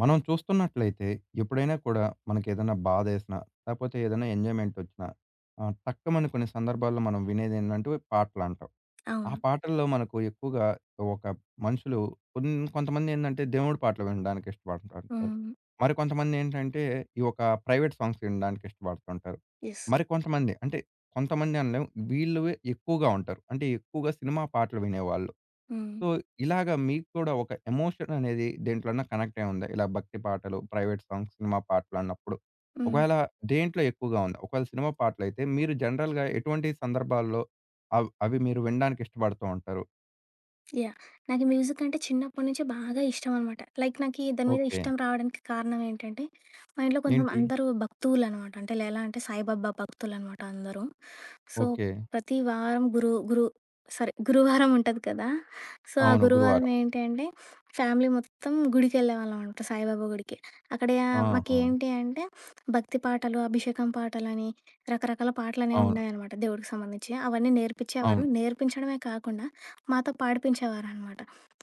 మనం చూస్తున్నట్లయితే ఎప్పుడైనా కూడా మనకేదైనా బాధేసినా, లేపోతే ఏదైనా ఎంజాయ్‌మెంట్ ఒచ్చినా టక్కుమని కొన్ని సందర్భాల్లో మనం వినేదేంటంటే పాటలంటాం. ఆ అవును. పాటల్లో మనకు ఎక్కువగా ఒక మనుషులు కొన్ కొంతమందేందంటే దేవుడి పాటలు వినడానికి ఇష్టపడుతుంటారు. హ్మ్. మరికొంతమందేంటంటే ఈ ఒక ప్రైవేట్ సాంగ్స్ వినడానికి ఇష్టపడుతుంటారు. యెస్. మరికొంతమంది అంటే కొంతమంది అనలేం వీళ్ళువే ఎక్కువగా ఉంటారు. అంటే ఎక్కువగా సినిమా పాటలు వినేవాళ్ళు. హ్మ్. సో, ఇలాగ మీకు కూడా ఒక ఎమోషన్ అనేది దేంట్లోన్నా కనెక్ట్ అయ్యుందా? ఇలా భక్తి పాటలు, ప్రైవేట్ సాంగ్స్, సినిమా పాటలు అన్నప్పుడు. హ్మ్. ఒకవేళ దేంట్లో ఎక్కువగా ఉంది? ఒకవేళ సినిమా పాటలైతే మీరు జనరల్‌గా ఎటువంటి సందర్భాల్లో అవి మీరు వినడానికి ఇష్టపడుతూ ఉంటారు? యాహ్! నాకు మ్యూజిక్ అంటే చిన్నప్పటి నుంచి బాగా ఇష్టమనమాట. లైక్ నాకీ దాని మీద ఓకే. ఇష్టం రావడానికి కారణం ఏంటంటే, మా ఇంట్లో కొంచెం ఏంటి? అందరూ భక్తులనమాట. అంటే ఎలా అంటే సాయిబాబా భక్తులనమాట అందరూ. So, okay. ప్రతి వారం గురు గురు సారీ గురువారం ఉంటది కదా! సో, ఆ అవును. అవును. గురువారం గురువారం. ఏంటి అంటే, ఫ్యామిలీ మొత్తం గుడికెళ్ళేవాళ్ళమనమాట సాయిబాబా గుడికి. అక్కడ ఆహా! మాకేంటి అంటే, భక్తి పాటలు, అభిషేకం పాటలని, రకరకాల పాటలనేవి అవును. ఉన్నాయనమాట దేవుడికి సంబంధించి. అవన్నీ నేర్పించేవారు. అవును. నేర్పించడమే కాకుండా మాతో పాడిపించేవారనమాట.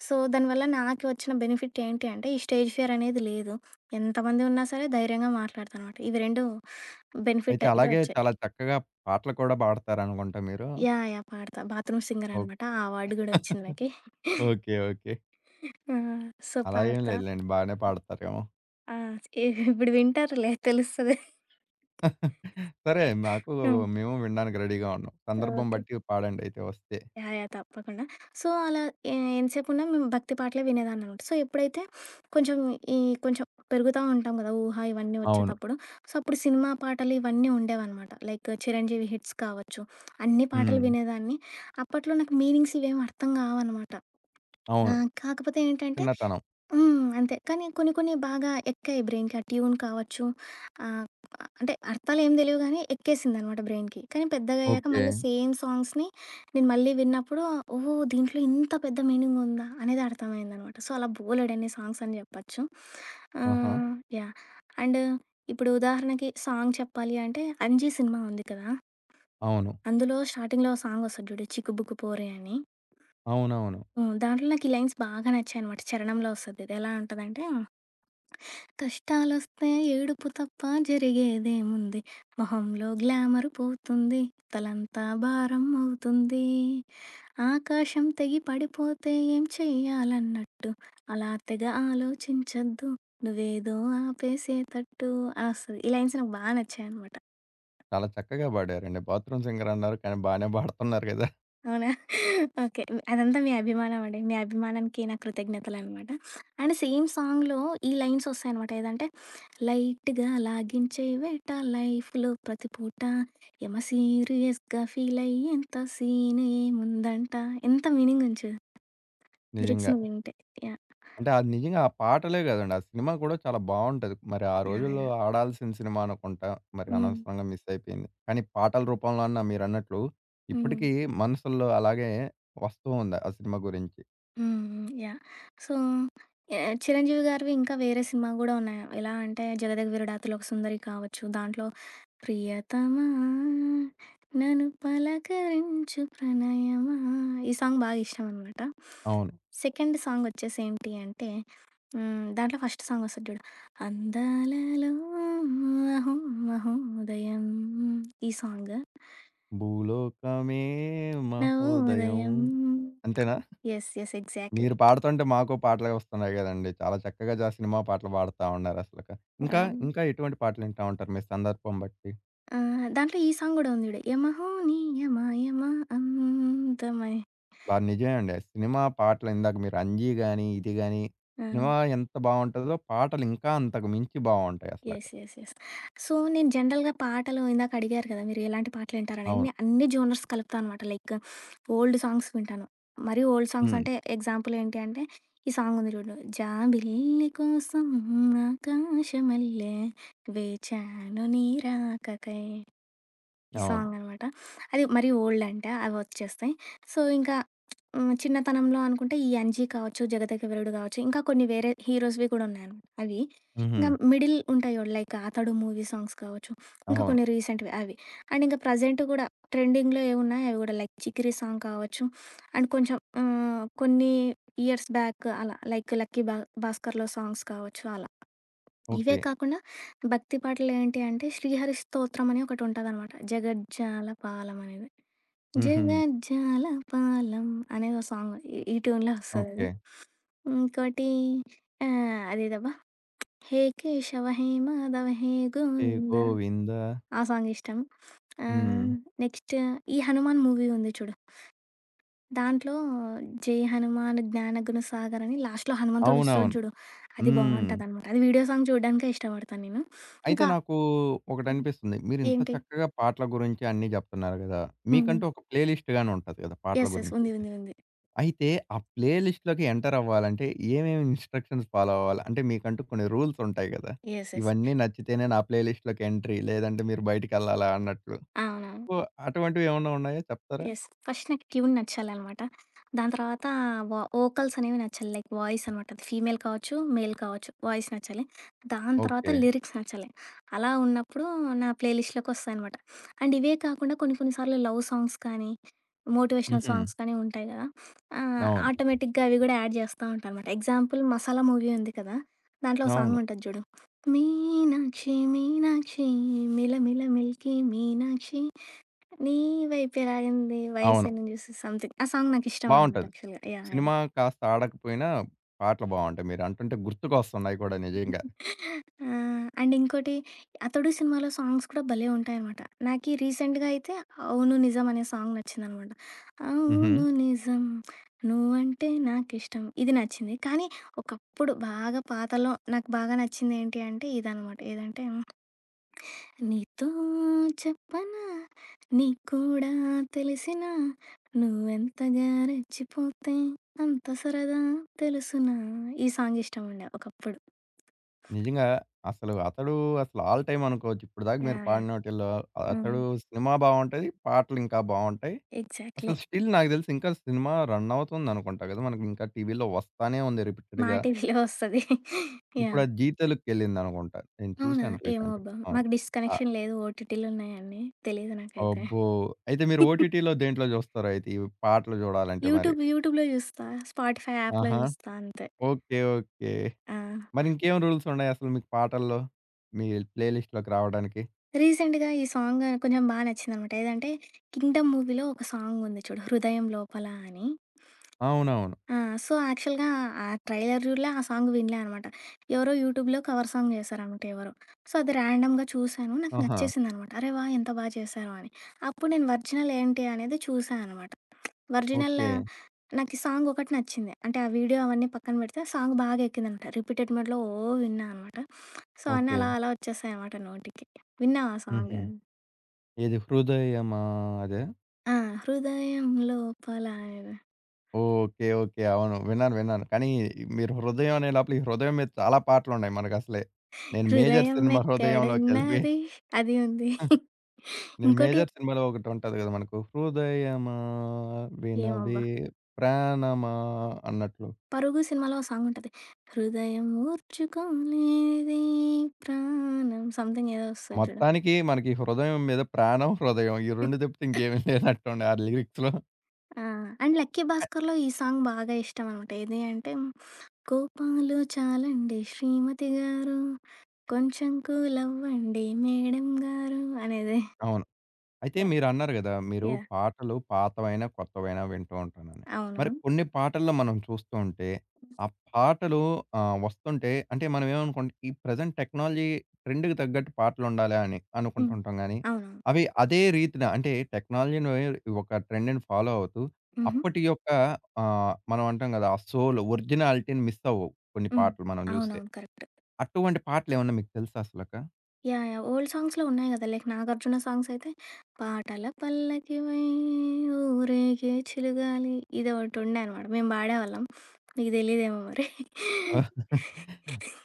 సో, దానివల్ల నాకు వచ్చిన బెనిఫిట్ ఏంటి అంటే, ఈ స్టేజ్ ఫియర్ అనేది లేదు. ఎంతమంది ఉన్నా సరే ధైర్యంగా మాట్లాడతానమాట. ఇవి 2 బెనిఫిట్ అయితే అయితే అలాగే వచ్చాయి. చాలా చక్కగా పాటలు కూడా పాడతారనుకుంటా మీరు. యాహ్! యాహ్! పాడతా. Bathroom oh! సింగరనమాట. ఆ అవార్డు గూడా ఒచ్చింది నాకి. ఓకే. ఓకే. ఆ! సో, అలా ఏం పాడతా. లేదులెండి. బానే పాడతారేమో. ఆ! ఏ ఇప్పుడు వింటారులే తెలుస్తది. సరే. మాకు హ్మ్. మేము వినడానికి రెడీగా ఉన్నాం. సందర్భం ఓకే. బట్టి పాడండయితే వస్తే. యాహ్! యాహ్! తప్పకుండా. సో, అలా ఎ ఎంతసేపున్నా మేము భక్తి పాటలే వినేదాన్ననమాట. సో, ఎప్పుడైతే కొంచెం ఈ కొంచెం పెరుగుతా ఉంటాం గదా! ఊహ ఇవన్నీ అవును. ఒచ్చేటప్పుడు. సో, అప్పుడు సినిమా పాటలు ఇవన్నీ ఉండేవనమాట. లైక్ 'చిరంజీవి' హిట్స్ కావచ్చు. అన్ని పాటలు హ్మ్. వినేదాన్ని. అప్పట్లో నాకు మీనింగ్స్ ఇవేమి అర్థం గావనమాట. ఆ! అవును. కాకపోతే ఏంటంటే చిన్నతనం. హ్మ్. అంతే. కానీ కొన్ని కొన్ని బాగా ఎక్కాయి బ్రెయిన్‌కి. ఆ ట్యూన్ కావచ్చు, ఆహ్, అంటే అర్థాలేం తెలీవు గానీ ఎక్కేసిందనమాట బ్రెయిన్‌కి. కానీ పెద్దగయ్యాక ఓకే. మళ్ళీ సేమ్ సాంగ్స్‌ని నేను మళ్ళీ విన్నప్పుడు ఓహ్! దీంట్లో ఇంత పెద్ద మీనింగ్ ఉందా అనేది అర్థమైందనమాట. సో, అలా బోలెడన్ని సాంగ్స్ అని జెప్పచ్చు. ఆహా! ఆహ్, యాహ్! అండ్ ఇప్పుడు ఉదాహరణకి సాంగ్ చెప్పాలి అంటే 'అంజీ' సినిమా ఉంది కదా! అవును. అందులో స్టార్టింగ్‌లో ఓ సాంగ్ ఒస్తది జూడు 'చిక్కుబుక్కు పోరే' అని. అవునవును. హ్మ్. దాంట్లో నాకు ఈ లైన్స్ బాగా నచ్చాయనమాట. చరణంలో ఒస్తది. ఇది ఎలా ఉంటదంటే కష్టాలొస్తే ఏడుపు తప్ప జరిగేదేముంది? మొహంలో గ్లామర్ పోతుంది. తలంతా భారం అవుతుంది. ఆకాశం తెగి పడిపోతే ఏం చెయ్యాలన్నట్టు. అలా తెగ ఆలోచించొద్దు. నువ్వేదో ఆపేసేతట్టు. అసలు ఈ లైన్స్ నాకు బా నచ్చాయనమాట. చాలా చక్కగా పాడారండి. బాత్రూమ్ సింగర్ అన్నారు కానీ బానే పాడుతున్నారు కదా! అవునా? ఓకే. అదంతా మీ అభిమానమండి. మీ అభిమానానికి నా కృతజ్ఞతలనమాట. అండ్ సేమ్ సాంగ్‌లో ఈ లైన్స్ వస్తాయనమాట. ఏదంటే లైట్‌గా లాగించే వేట లైఫ్‌లో ప్రతి పూట. యమ సీరియస్‌గా ఫీలయ్యేంత సీన్ ఏముందంట. ఎంత మీనింగ్ ఉంచు లిరిక్స్ నిజంగా. నువ్వు వింటే. యాహ్! అంటే అది నిజంగా ఆ పాటలే కాదండి. ఆ సినిమా కూడా చాలా బావుంటది. మరి ఆ యాహ్! రోజుల్లో యాహ్! ఆడాల్సిన సినిమా అనుకుంటా. మరి హ్మ్. అనవసరంగా మిస్ అయిపోయింది. కానీ పాటల రూపంలో అన్న మీరన్నట్లు హ్మ్. ఇప్పటికీ మనసుల్లో అలాగే వస్తూ ఉంది ఆ సినిమా గురించి. హ్మ్. హ్మ్. యాహ్! సో, ఎ చిరంజీవి గారివి ఇంకా వేరే సినిమా గూడా ఉన్నాయి. ఎలా అంటే 'జగదేకవీరుడాతలో ఒక సుందరి' కావచ్చు. దాంట్లో ప్రియతమా నన్ను పలకరించు ప్రణయమా ఈ సాంగ్ బాగా ఇష్టమనమాట. అవును. సెకండ్ సాంగొచ్చేసి ఏంటి అంటే హ్మ్. దాంట్లో ఫస్ట్ సాంగొస్తది జూడు. అందాలలో అహో మహోదయం ఈ సాంగ్. భూలోకమే మహోదయం. నవోదయం అంతేనా? యెస్. యెస్. ఎగ్జాక్ట్‌లీ. మీరు పాడుతుంటే మాకు పాటలే వస్తున్నాయి గదండీ. చాలా చక్కగా జా సినిమా పాటలు పాడుతా ఉన్నారసలక. ఆ! ఇంకా, ఇంకా ఎటువంటి పాటలు వింటా ఉంటారు మీ సందర్భం బట్టి? ఆ! దాంట్లో ఈ సాంగ్ గూడా ఉంది జూడు. యమహో నీ యమ యమ అందమై. బా నిజమే అండి. సినిమా పాటలు ఇందాక మీరు 'అంజీ' గాని, ఇది గాని ఆ! సినిమా ఎంత బావుంటదో పాటలు ఇంకా అంతకు మించి బావుంటాయి అసలక. యెస్. యెస్. యెస్. సో, నేను జనరల్‌గా పాటలు ఇందాక అడిగారు కదా! మీరు ఎలాంటి పాటలు వింటారనేది. అవును. నేను అన్ని జోనర్స్ కలుపుతా అనమాట. లైక్ ఓల్డ్ సాంగ్స్ వింటాను. మరీ ఓల్డ్ సాంగ్స్ హ్మ్. అంటే ఎగ్జాంపుల్ ఏంటి అంటే, ఈ సాంగ్ ఉంది చూడు. జాబిల్లి కోసం ఆకాశమల్లె వేచాను నీ రాకకై. ఈ అవును. సాంగనమాట. అది మరీ ఓల్డ్ అంటే అవొచ్చేస్తాయి. సో, ఇంకా హ్మ్, చిన్నతనంలో అనుకుంటే ఈ 'అంజీ' కావచ్చు, 'జగదేకవీరుడు' కావచ్చు, ఇంకా కొన్ని వేరే హీరోస్‌వి కూడా ఉన్నాయనమాట అవి. హుహు. ఇంకా మిడిల్ ఉంటాయి చూడు లైక్ 'అతడు' మూవీ సాంగ్స్ కావచ్చు, ఇంకా అవును. కొన్ని రీసెంట్‌వి అవి. అండ్ ఇంకా ప్రజెంట్ కూడా ట్రెండింగ్‌లో ఏవున్నాయో అవి కూడా లైక్ 'చికిరి' సాంగ్ కావచ్చు అండ్ కొంచెం కొన్ని ఇయర్స్ బ్యాక్ అలా లైక్ 'లక్కీ బా భాస్కర్‌లో' సాంగ్స్ కావచ్చు అలా. ఇవే ఓకే. కాకుండా భక్తి పాటలు ఏంటి అంటే, 'శ్రీహరి స్తోత్రం' అని ఒకటుంటదనమాట. 'జగజ్జాలపాలం' అనేది. హుహు. 'జగజ్జాలపాలం' అనేది ఓ సాంగ్. ఈ ఈ ట్యూన్‌లో వస్తదది. ఓకే. ఇంకోటి అదేదబ్బా! 'హే కేశవ హే మాధవ హే 'హే గోవింద' గోవింద' ఆ సాంగ్ ఇష్టం. హ్మ్. ఆహ్, నెక్స్ట్ ఈ 'హనుమాన్' మూవీ ఉంది చూడు. దాంట్లో 'జై హనుమాన్ జ్ఞానగుణ సాగర్' అని లాస్ట్‌లో హనుమంతుడొస్తాడు అవునవును. జూడు. అది హ్మ్. బావుంటదనమాట. అది వీడియో సాంగ్ చూడడానికే ఇష్టపడతాను నేను. అయితే ఇంకా నాకు ఒకటనిపిస్తుంది. మీరింత ఏంటి? చక్కగా పాటల గురించి అన్నీ జెప్తున్నారు గదా! హ్మ్. హ్మ్. మీకంటూ ఒక ప్లే లిస్ట్ గాని ఉంటది గదా! పాటల యెస్. యెస్. ఉంది. గురించైతే. ఉంది. అయితే ఉంది. అయితే ఆ ప్లే లిస్ట్‌లోకి ఎంటర్ అవ్వాలంటే ఏమేమి ఇన్‌స్ట్రక్షన్స్ ఫాలో అవ్వాలి? అంటే మీకంటూ కొన్ని రూల్స్ ఉంటాయి గదా! యెస్. యెస్. ఇవన్నీ నచ్చితేనే నా ప్లే లిస్ట్‌లోకి ఎంట్రీ లేదంటే మీరు బయటికెళ్ళాలా అన్నట్లు. అవునవును. సో, అటువంటివి ఏమన్నా ఉన్నాయా చెప్తారా? యెస్. ఫస్ట్ నాకు ట్యూన్ నచ్చాలనమాట. దాని తర్వాత వోకల్స్ అనేవి నచ్చాలి. లైక్ వాయిస్ అనమాట. అది ఫీమేల్ కావచ్చు, మేల్ కావచ్చు. వాయిస్ నచ్చాలి. దాని తర్వాత ఓకే. లిరిక్స్ నచ్చాలి. అలా ఉన్నప్పుడు నా ప్లే లిస్ట్‌లోకి వస్తాయనమాట. అండ్ ఇవే కాకుండా కొన్ని కొన్ని సార్లు లవ్ సాంగ్స్ కానీ, మోటివేషనల్ హుహు. సాంగ్స్ కానీ ఉంటాయి కదా! అవును. ఆటోమేటిక్‌గా అవి కూడా యాడ్ చేస్తా ఉంటా అనమాట. ఎగ్జాంపుల్ 'మసాలా' మూవీ ఉంది కదా! దాంట్లో ఒక సాంగ్ అవును. ఉంటది చూడు. మీనాక్షి మీనాక్షి మిలమిల మిల్కీ మీనాక్షి నీ వైపే లాగింది అవును. 'వయస్సేను చూసి' సంథింగ్. ఆ సాంగ్ నాకిష్టం అనమాట బావుంటది. యాక్చువల్‌గా. యాహ్! యాహ్! సినిమా కాస్త ఆడకపోయినా పాటలు బావుంటాయి. మీరు అంటుంటే గుర్తుకొస్తున్నాయి కూడా నిజంగా. ఆ! అండ్ ఇంకోటి 'అతడు' సినిమాలో సాంగ్స్ కూడా భలే ఉంటాయనమాట. నాకీ రీసెంట్‌గా అయితే 'అవును నిజం' అనే సాంగ్ నచ్చిందనమాట. హుహు. అవును నిజం నువ్వంటే నాకిష్టం ఇది నచ్చింది. కానీ ఒకప్పుడు బాగా పాతలో నాకు బాగా నచ్చిందేంటి అంటే ఇదనమాట. ఏదంటే నీతో చెప్పనా నీకు కూడా తెలిసినా నువ్వెంతగా రెచ్చిపోతే అంత సరదా తెలుసునా ఈ సాంగ్ ఇష్టం ఉండే ఒకప్పుడు. నిజంగా. అసలు అతడు అసలు ఆల్ టైమ్ అనుకోవచ్చు. ఇప్పటిదాకా మీరు యాహ్! యాహ్! పాడినోటిల్లో హ్మ్. అతడు సినిమా బావుంటది. పాటలు ఇంకా బావుంటాయి. ఎగ్జాక్ట్‌లీ. అసలు స్టిల్ నాకు తెలిసి ఇంకా సినిమా రన్ అవుతుందనుకుంటా కదా! మనకి ఇంకా టీవీలో వస్తానే ఉంది మా రిపీటెడ్‌గా. టీవీలో వస్తది. ఇప్పుడు యాహ్! అది జీ తెలుగుకెళ్ళిందనుకుంటా. నేను అవునా? చూశాను ఏమో రీసెంట్‌గా. అబ్బా! అవును. మాకు డిష్ ఆ! కనెక్షన్ లేదు. ఓటీటీలున్నాయన్నీ. తెలీదు నాకైతే. అబ్బో! అయితే మీరు ఓటీటీలో దేంట్లో జూస్తారు అయితే ఇవి పాటలు జూడాలంటే మరి? యూట్యూబ్‌లో చూస్తా. స్పాటిఫై యాప్‌లో ఆహా! చూస్తా అంతే. ఓకే. ఓకే. ఆ! మరి ఇంకేం రూల్స్ ఉన్నాయి అసలు మీకు పాటల్లో? మీ ప్లే లిస్ట్‌లోకి రావడానికి? రీసెంట్‌గా ఈ సాంగ్ కొంచెం బా నచ్చిందనమాట. ఏదంటే 'కింగ్డమ్' మూవీలో ఒక సాంగ్ ఉంది చూడు 'హృదయం లోపల' అని. అవునవును. ఆ! సో, యాక్చువల్‌గా ఆ ట్రైలర్ జూడలే, ఆ సాంగ్ వినలే అనమాట. ఎవరో యూట్యూబ్‌లో కవర్ సాంగ్ చేశారనమాట ఎవరో. సో, అది ర్యాండమ్‌గా చూసాను. నాకు ఆహా! నచ్చేసిందనమాట. అరే వాహ్! ఎంత బా చేశారు అని. అప్పుడు నేను ఒరిజినల్ ఏంటి అనేది చూసా అనమాట. Original okay. నాకు ఈ సాంగ్ ఒకటి నచ్చింది. అంటే ఆ వీడియో అవన్నీ పక్కన పెడితే సాంగ్ బాగా ఎక్కిందనమాట. రిపీటెడ్ మోడ్‌లో ఓ విన్నా అనమాట. సో, అన్నీ ఓకే. అలా అలా వచ్చేసాయనమాట నోటికి. విన్నావా ఆ సాంగ్? హుహు. ఏది 'హృదయమా' అదా? ఆ! 'హృదయం లోపల' ఆయన ఓకే. ఓకే. అవును. విన్నాను. విన్నాను. కానీ మీరు 'హృదయం' అనే లోపల ఈ 'హృదయం' మీద చాలా పాటలున్నాయి మనకసలే. నేను 'మేజర్' హృదయం సినిమా 'హృదయంలోకెళ్ళిపోయి' ఎక్కడున్నది అది ఉంది. నేను ఇంకోటి 'మేజర్' సినిమాలో ఒకటుంటది గదా! మనకు హృదయమా ఏమబ్బా! వినవే ప్రాణమా అన్నట్లు. 'పరుగు' సినిమాలో ఓ సాంగ్ ఉంటది. హృదయం ఓర్చుకోలేదే ప్రాణం సంథింగ్ ఏదో వస్తది చూడు. మొత్తానికి మనకి 'హృదయం' మీద ప్రాణం, హృదయం ఈ 2 తప్పితే ఇంకేమీ లేనట్టుంది ఆ లిరిక్స్‌లో. ఆ! అండ్ 'లక్కీ భాస్కర్‌లో' ఈ సాంగ్ బాగా ఇష్టం అనమాట. ఏది అంటే కోపాలు చాలండి శ్రీమతి గారు, కొంచెం కూల్ అవ్వండి మేడం గారు అనేది. అవును. అయితే యాహ్! మీరన్నారు గదా! మీరు యాహ్! పాటలు పాతవైనా, కొత్తవైనా వింటూ ఉంటానని. అవును. మరి కొన్ని పాటల్లో మనం చూస్తూ ఉంటే, ఆ పాటలు వస్తుంటే అంటే మనం ఏమనుకుంటాం, ఈ ప్రెజెంట్ టెక్నాలజీ ట్రెండ్‌కి తగ్గట్టు పాటలుండాలా అని హ్మ్. అనుకుంటుంటాం గానీ, అవునవును. అవి అదే రీతిన అంటే టెక్నాలజీని ఒక ట్రెండ్‌ని ఫాలో అవుతూ, హుహు. అప్పటి యొక్క మనం అంటాం గదా! ఆ సోల్ ఒరిజినాలిటీని మిస్ అవ్వవు కొన్ని హ్మ్. పాటలు మనం జూస్తే. అవునవును. కరెక్ట్. అటువంటి పాటలేమన్నా మీకు తెలుసా అసలక? యాహ్! యాహ్! ఓల్డ్ సాంగ్స్‌లో ఉన్నాయి గదా! లైక్ 'నాగార్జున' సాంగ్స్ అయితే పాటల పల్లకివై ఊరేగే చిలుగాలి ఇది ఒకటుండే అనమాట. మేము పాడేవాళ్ళం. మీకు తెలీదేమో మరి. ఆ!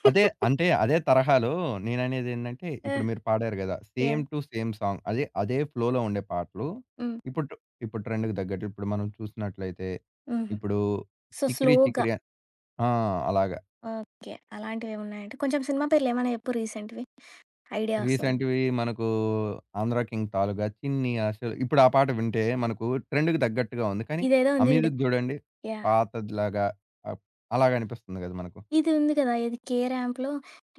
అదే అంటే అదే తరహాలో నేననేదేంటంటే, ఆ! ఇప్పుడు మీరు పాడారు గదా! Same yeah! To same song. అదే, అదే ఫ్లోలో ఉండే పాటలు. హ్మ్. ఇప్పుడు ట్ ఇప్పుడు ట్రెండ్‌కి తగ్గట్టు ఇప్పుడు మనం చూసినట్లయితే, హుహు. ఇప్పుడు సో, 'చికిరి స్లోగా చికిరి' ఆ! అలాగా. ఓకే. అలాంటివేమున్నాయంటే కొంచెం సినిమా పేర్లేమైనా చెప్పు రీసెంట్‌వి ఐడియా వస్తది. రీసెంట్‌వి మనకు 'ఆంధ్ర కింగ్ తాలూగా', 'చిన్ని ఆశలు' ఇప్పుడు ఆ పాట వింటే మనకు ట్రెండ్‌కి తగ్గట్టుగా ఉంది. కానీ ఇదేదో ఆ ఉంది జూడు మ్యూజిక్ జూడండి యాహ్! పాతదిలాగా అప్ అలాగనిపిస్తుంది గదా! మనకు. ఇది ఉంది కదా! ఏది 'కే ర్యాంప్‌లో'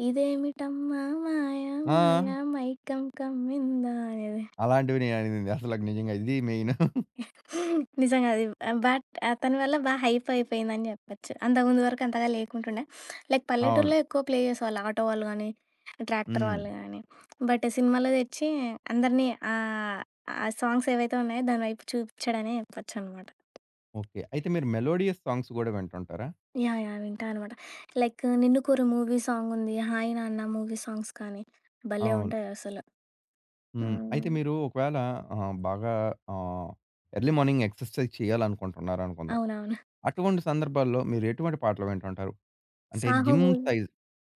ఇదేమిటమ్మా మాయ ఆ! మాయ మైకం కమ్మిందా అనేది. అలాంటివి నేననింది అసలకు నిజంగా ఇది మెయిన్. నిజంగా అది బట్ అతని వల్ల బా హైప్ అయిపోయిందని చెప్పొచ్చు. అంతకుముందు వరకు అంతగా లేకుంటుండే. లైక్ అవును. పల్లెటూరులో ఎక్కువ ప్లే చేసేవాళ్ళు ఆటో వాళ్ళు గానీ, ట్రాక్టర్ హ్మ్. వాళ్ళు గానీ. బట్ సినిమాలో తెచ్చి అందరినీ ఆహ్, ఆ సాంగ్స్ ఏవైతే ఉన్నాయో దాని వైపు చూపిచ్చాడనే చెప్పొచ్చనమాట. ఓకే. అయితే మీరు మెలోడియస్ సాంగ్స్ గూడా వింటుంటారా? యాహ్! యాహ్! వింటా అనమాట. Like 'Ninnu Kori' movie song ఉంది. 'హాయ్ నాన్న' మూవీ సాంగ్స్ కానీ భలే అవును. ఉంటాయి అసల. ఆ! హ్మ్. అయితే మీరు ఒకవేళ బాగా ఆహ్, ఎర్లీ మార్నింగ్ ఎక్సర్‌సైజ్ చేయాలనుకుంటున్నారనుకుందాం. అవునవును. అటువంటి సందర్భాల్లో మీరు ఎటువంటి పాటలు వింటుంటారు? అంటే 'Saaho' gym movie. Size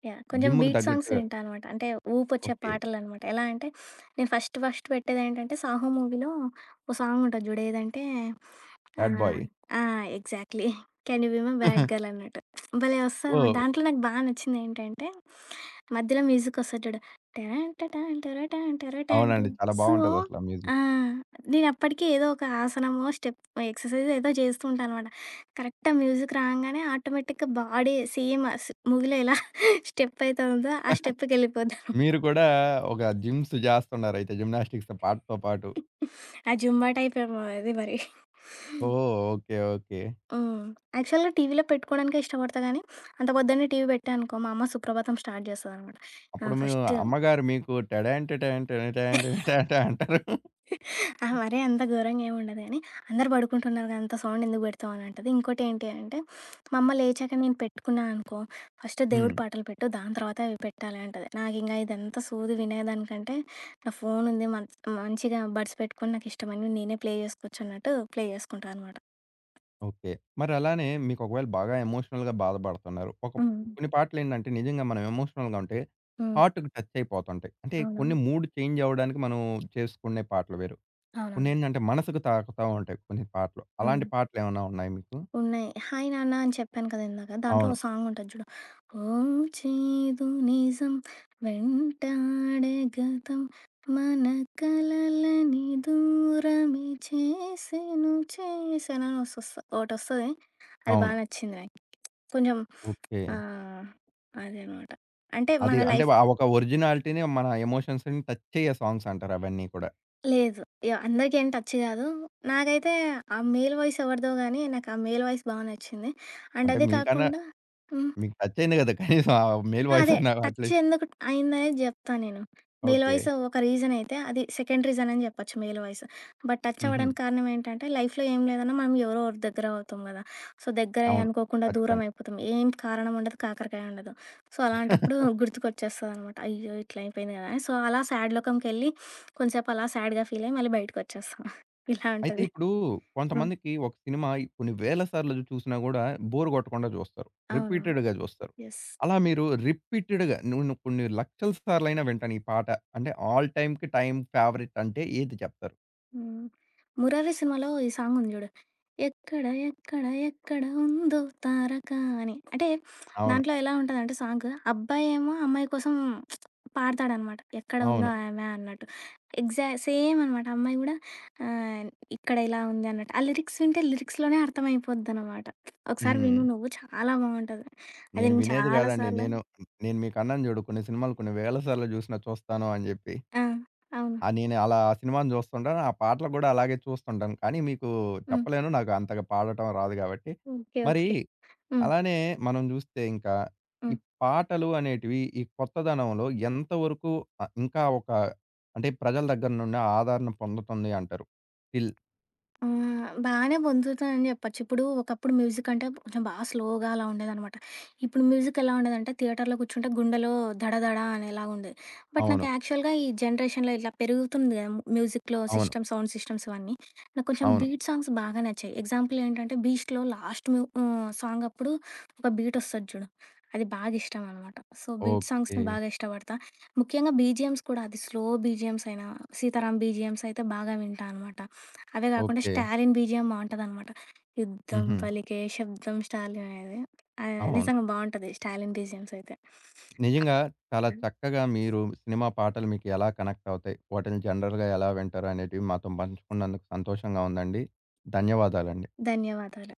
yeah! కొంచెం జిమ్‌కి బీట్ సాంగ్స్ తగ్గట్టుగా వింటా అనమాట. అంటే ఊపొచ్చే ఓకే. పాటలనమాట. ఎలా అంటే నేను ఫస్ట్ ఫస్ట్ పెట్టేదేంటంటే 'సాహో' మూవీలో ఓ సాంగ్ ఉంటది జూడు. ఏదంటే బ్యాడ్ ఆహ్, బాయ్. ఆ! Exactly 'can you be my bad girl' అన్నట్టు. భలే వస్తదనమాట. ఓహ్! దాంట్లో నాకు బా నచ్చిందేంటంటే మధ్యలో మ్యూజికొస్తది జూడు. టరాన్ టటాన్ టరటాన్ టరటాన్ టు అవునండి. చాలా సో బావుంటదసల ఆ ఆ! మ్యూజిక్. నేనప్పటికి ఏదో ఒక ఆసనమో, స్టెప్ ఎక్సర్సైజ్ ఏదో జేస్తూ ఉంటాననమాట. కరెక్ట్ ఆ మ్యూజిక్ రాంగానే ఆటోమేటిక్‌గా బాడీ సేమ్ అస్ మూవీలో ఎలా స్టెప్ అయితే ఉందో, ఆ స్టెప్‌కెళ్ళిపోద్ది. మీరు కూడా ఒక జిమ్స్ చేస్తున్నారైతే జిమ్నాస్టిక్స్ పాటతో పాటు. ఆ జుంబా టైపేమో అది మరి. ఓహ్! ఓకే. ఓకే. హ్మ్. యాక్చువల్‌గా టీవీలో పెట్టుకోవడానికే ఇష్టపడతా గానీ, అంత పొద్దున్నే టీవీ పెట్టా అనుకో, మా అమ్మ సుప్రభాతం స్టార్ట్ చేస్తదనమాట. ఆ! అప్పుడు మీ ఫస్ట్ అమ్మగారు మీకు టడాంటడాంటడాంటడాంటా అంటారు. అహా! మరీ అంత ఘోరంగా ఏమి ఉండదు గానీ, అందరూ పడుకుంటున్నారు కదా! అంత సౌండ్ ఎందుకు పెడతావు అని అంటది. ఇంకోటి ఏంటి అంటే, మా అమ్మ లేచాక నేను పెట్టుకున్నా అనుకో, ఫస్ట్ దేవుడి హ్మ్. పాటలు పెట్టు, దాని తర్వాత ఇవి పెట్టాలి అంటది. నాకింకా ఇదంతా సోది వినేదానికంటే, నా ఫోన్ ఉంది మంచిగా బడ్స్ పెట్టుకొని నాకిష్టమైనవి నేనే ప్లే చేసుకోవచ్చు అన్నట్టు ప్లే చేసుకుంటా అనమాట. ఓకే. మరలానే మీకొకవేళ బాగా ఎమోషనల్‌గా బాధపడుతున్నారు. ఒక హ్మ్. కొన్ని పాటలేంటంటే నిజంగా మనం ఎమోషనల్‌గా ఉంటే హ్మ్. హార్ట్‌కి టచ్ అయిపోతుంటాయి. అంటే అవునా? కొన్ని మూడ్ చేంజ్ అవ్వడానికి మనం చేసుకునే పాటలు వేరు. అవునవును. కొన్నేంటంటే మనసుకు తాకుతా ఉంటాయి కొన్ని పాటలు. హ్మ్. అలాంటి పాటలేమన్నా ఉన్నాయా మీకు? ఉన్నాయి. 'హాయ్ నాన్న' అని చెప్పాను కదా ఇందాక. దాంట్లో ఓ అవును. సాంగ్ ఉంటది చూడు. ఓ చేదు నిజం వెంటాడే గతం మన కలలని దూరమే చేసెను చేసెను అని ఒకటొస్తది. అది బా అవును. అవును. నచ్చింది నాకు. కొంచెం ఓకే. ఆహ్, అదనమాట. అంటే మన అది అంటే లైఫ్ ఆ ఒక ఒరిజినాలిటీని మన ఎమోషన్స్‌ని టచ్ అయ్యే సాంగ్స్ అంటారు అవన్నీ కూడా. లేదు. యాహ్! అందరికి ఏం టచ్ కాదు. నాకైతే ఆ మేల్ వాయిస్ ఎవరిదో గానీ నాకు ఆ మేల్ వాయిస్ బా నచ్చింది. అండ్ అంటే అదే మీకన్నా కాకుండా హ్మ్. మీకు టచ్ అయింది కదా! కనీసం ఆ మేల్ ఆ! వాయిస్ అదే. అన్నా టచ్ అట్‌లీస్ట్. ఎందుకు అయిందనేది జెప్తా నేను. Male okay. వాయిస్ ఒక రీజన్ అయితే అది సెకండ్ రీజన్ అని జెప్పొచ్చు మేల్ వాయిస్. బట్ టచ్ హుహు. అవ్వడానికి కారణం ఏంటంటే లైఫ్‌లో ఏం లేదన్నా మనం ఎవరో ఒకరి దగ్గర అవుతాం గదా! సో, దగ్గరై అవును. అనుకోకుండా దూరం ఖచ్చితంగా. అయిపోతాం. ఏం కారణం ఉండదు, కాకరకాయ ఉండదు. సో, అలాంటప్పుడు గుర్తుకొచ్చేస్తదనమాట. అయ్యో! ఇట్లా అయిపోయింది గదా! అని. సో, అలా సాడ్ లోకంకెళ్ళి కొంసేపు అలా సాడ్‌గా ఫీలయ్యి మళ్ళీ బయటకొచ్చేస్తాం. ఇలా అయితే ఉంటది. ఇప్పుడు హ్మ్. కొంతమందికి ఒక సినిమా కొన్ని వేల సార్లు చూసినా గూడా బోర్ గొట్టకుండా జూస్తారు. అవునవును. రిపీటెడ్‌గా జూస్తారు. యెస్. అలా మీరు రిపీటెడ్‌గా నేను కొన్ని లక్షల సార్లైనా వింటాను ఈ పాట. అంటే ఆల్ టైమ్‌కి టైమ్ ఫేవరెట్ అంటే ఏది చెప్తారు? హ్మ్. 'మురారి' సినిమాలో ఈ సాంగుంది జూడు. ఎక్కడ ఎక్కడ ఎక్కడ ఉందో తారక అని. అంటే అవును. దాంట్లో ఎలా ఉంటదంటే సాంగ్ అబ్బాయేమో అమ్మాయి కోసం పాడతాడనమాట. ఎక్కడ ఉందో అవును. ఆమె అన్నట్టు. సేమ్ అనమాట. అమ్మాయి గూడా ఆహ్, ఇక్కడ ఇలా ఉంది అన్నట్టు. ఆ లిరిక్స్ వింటే లిరిక్స్‌లోనే అర్థమైపోద్దనమాట. ఒకసారి హ్మ్. విను నువ్వు చాలా బావుంటది. అది నేను నేను వినేది చాలా గాదండి. సార్లు నేను నేను మీకు అన్నాను జూడు కొన్ని సినిమాలు కొన్ని వేల సార్లు జూసినా చూస్తాను అని జెప్పి. ఆ! అవును. ఆ! నేను అలా ఆ సినిమాను జూస్తుంటాను. ఆ పాటలు గూడా అలాగే చూస్తుంటాను. కానీ మీకు హ్మ్. చెప్పలేను. నాకు అంతగా పాడటం రాదు గాబట్టి. ఓకే. మరి ఓకే. హ్మ్. అలానే మనం జూస్తే ఇంకా ఈ హ్మ్. పాటలు అనేటివి ఈ కొత్తదనంలో ఎంతవరకు ఇంకా ఒక అంటే ప్రజల దగ్గర నుండి ఆదరణ పొందుతుంది అంటారు? టిల్ ఆ! బానే పొందుతానని చెప్పొచ్చు. ఇప్పుడు ఒకప్పుడు మ్యూజిక్ అంటే కొంచెం బాగా స్లోగా అలా ఉండేదనమాట. ఇప్పుడు మ్యూజిక్ ఎలా ఉండేదంటే థియేటర్‌లో కూర్చుంటే గుండెలో దడ దడ అనేలాగుండేది. బట్ నాకు అవును. యాక్చువల్‌గా ఈ జనరేషన్‌లో ఇట్లా పెరుగుతుంది కదా! మ్యూజిక్‌లో అవును. సిస్టమ్ సౌండ్ సిస్టమ్స్ ఇవన్నీ. నాకు కొంచెం అవును. బీట్ సాంగ్స్ బాగా నచ్చాయి. ఎగ్జాంపుల్ ఏంటంటే 'బీస్ట్‌లో' లాస్ట్ సాంగ్ అప్పుడు ఒక బీట్ వస్తది చూడు. అది బాగా ఇష్టం అనమాట. So, beat okay. సాంగ్స్‌ని బాగా ఇష్టపడతా. ముఖ్యంగా బీజీఎమ్స్ కూడా అది స్లో బీజీఎమ్స్ అయినా, 'సీతారాం' బీజీఎమ్స్ అయితే బాగా వింటా అనమాట. అదే గాకుండా ఓకే. 'స్టాలిన్' బీజీఎం బావుంటదనమాట. యుద్ధం హుహు. పలికే శబ్దం స్టాలిన్ అనేది. అవును. నిజంగా బావుంటది 'స్టాలిన్' బీజీఎమ్స్ అయితే. నిజంగా చాలా చక్కగా మీరు సినిమా పాటలు మీకు ఎలా కనెక్ట్ అవుతాయి? వాటిని జనరల్‌గా ఎలా వింటారు అనేటివి మాతో పంచుకున్నందుకు సంతోషంగా ఉందండి. ధన్యవాదాలండి. ధన్యవాదాలు.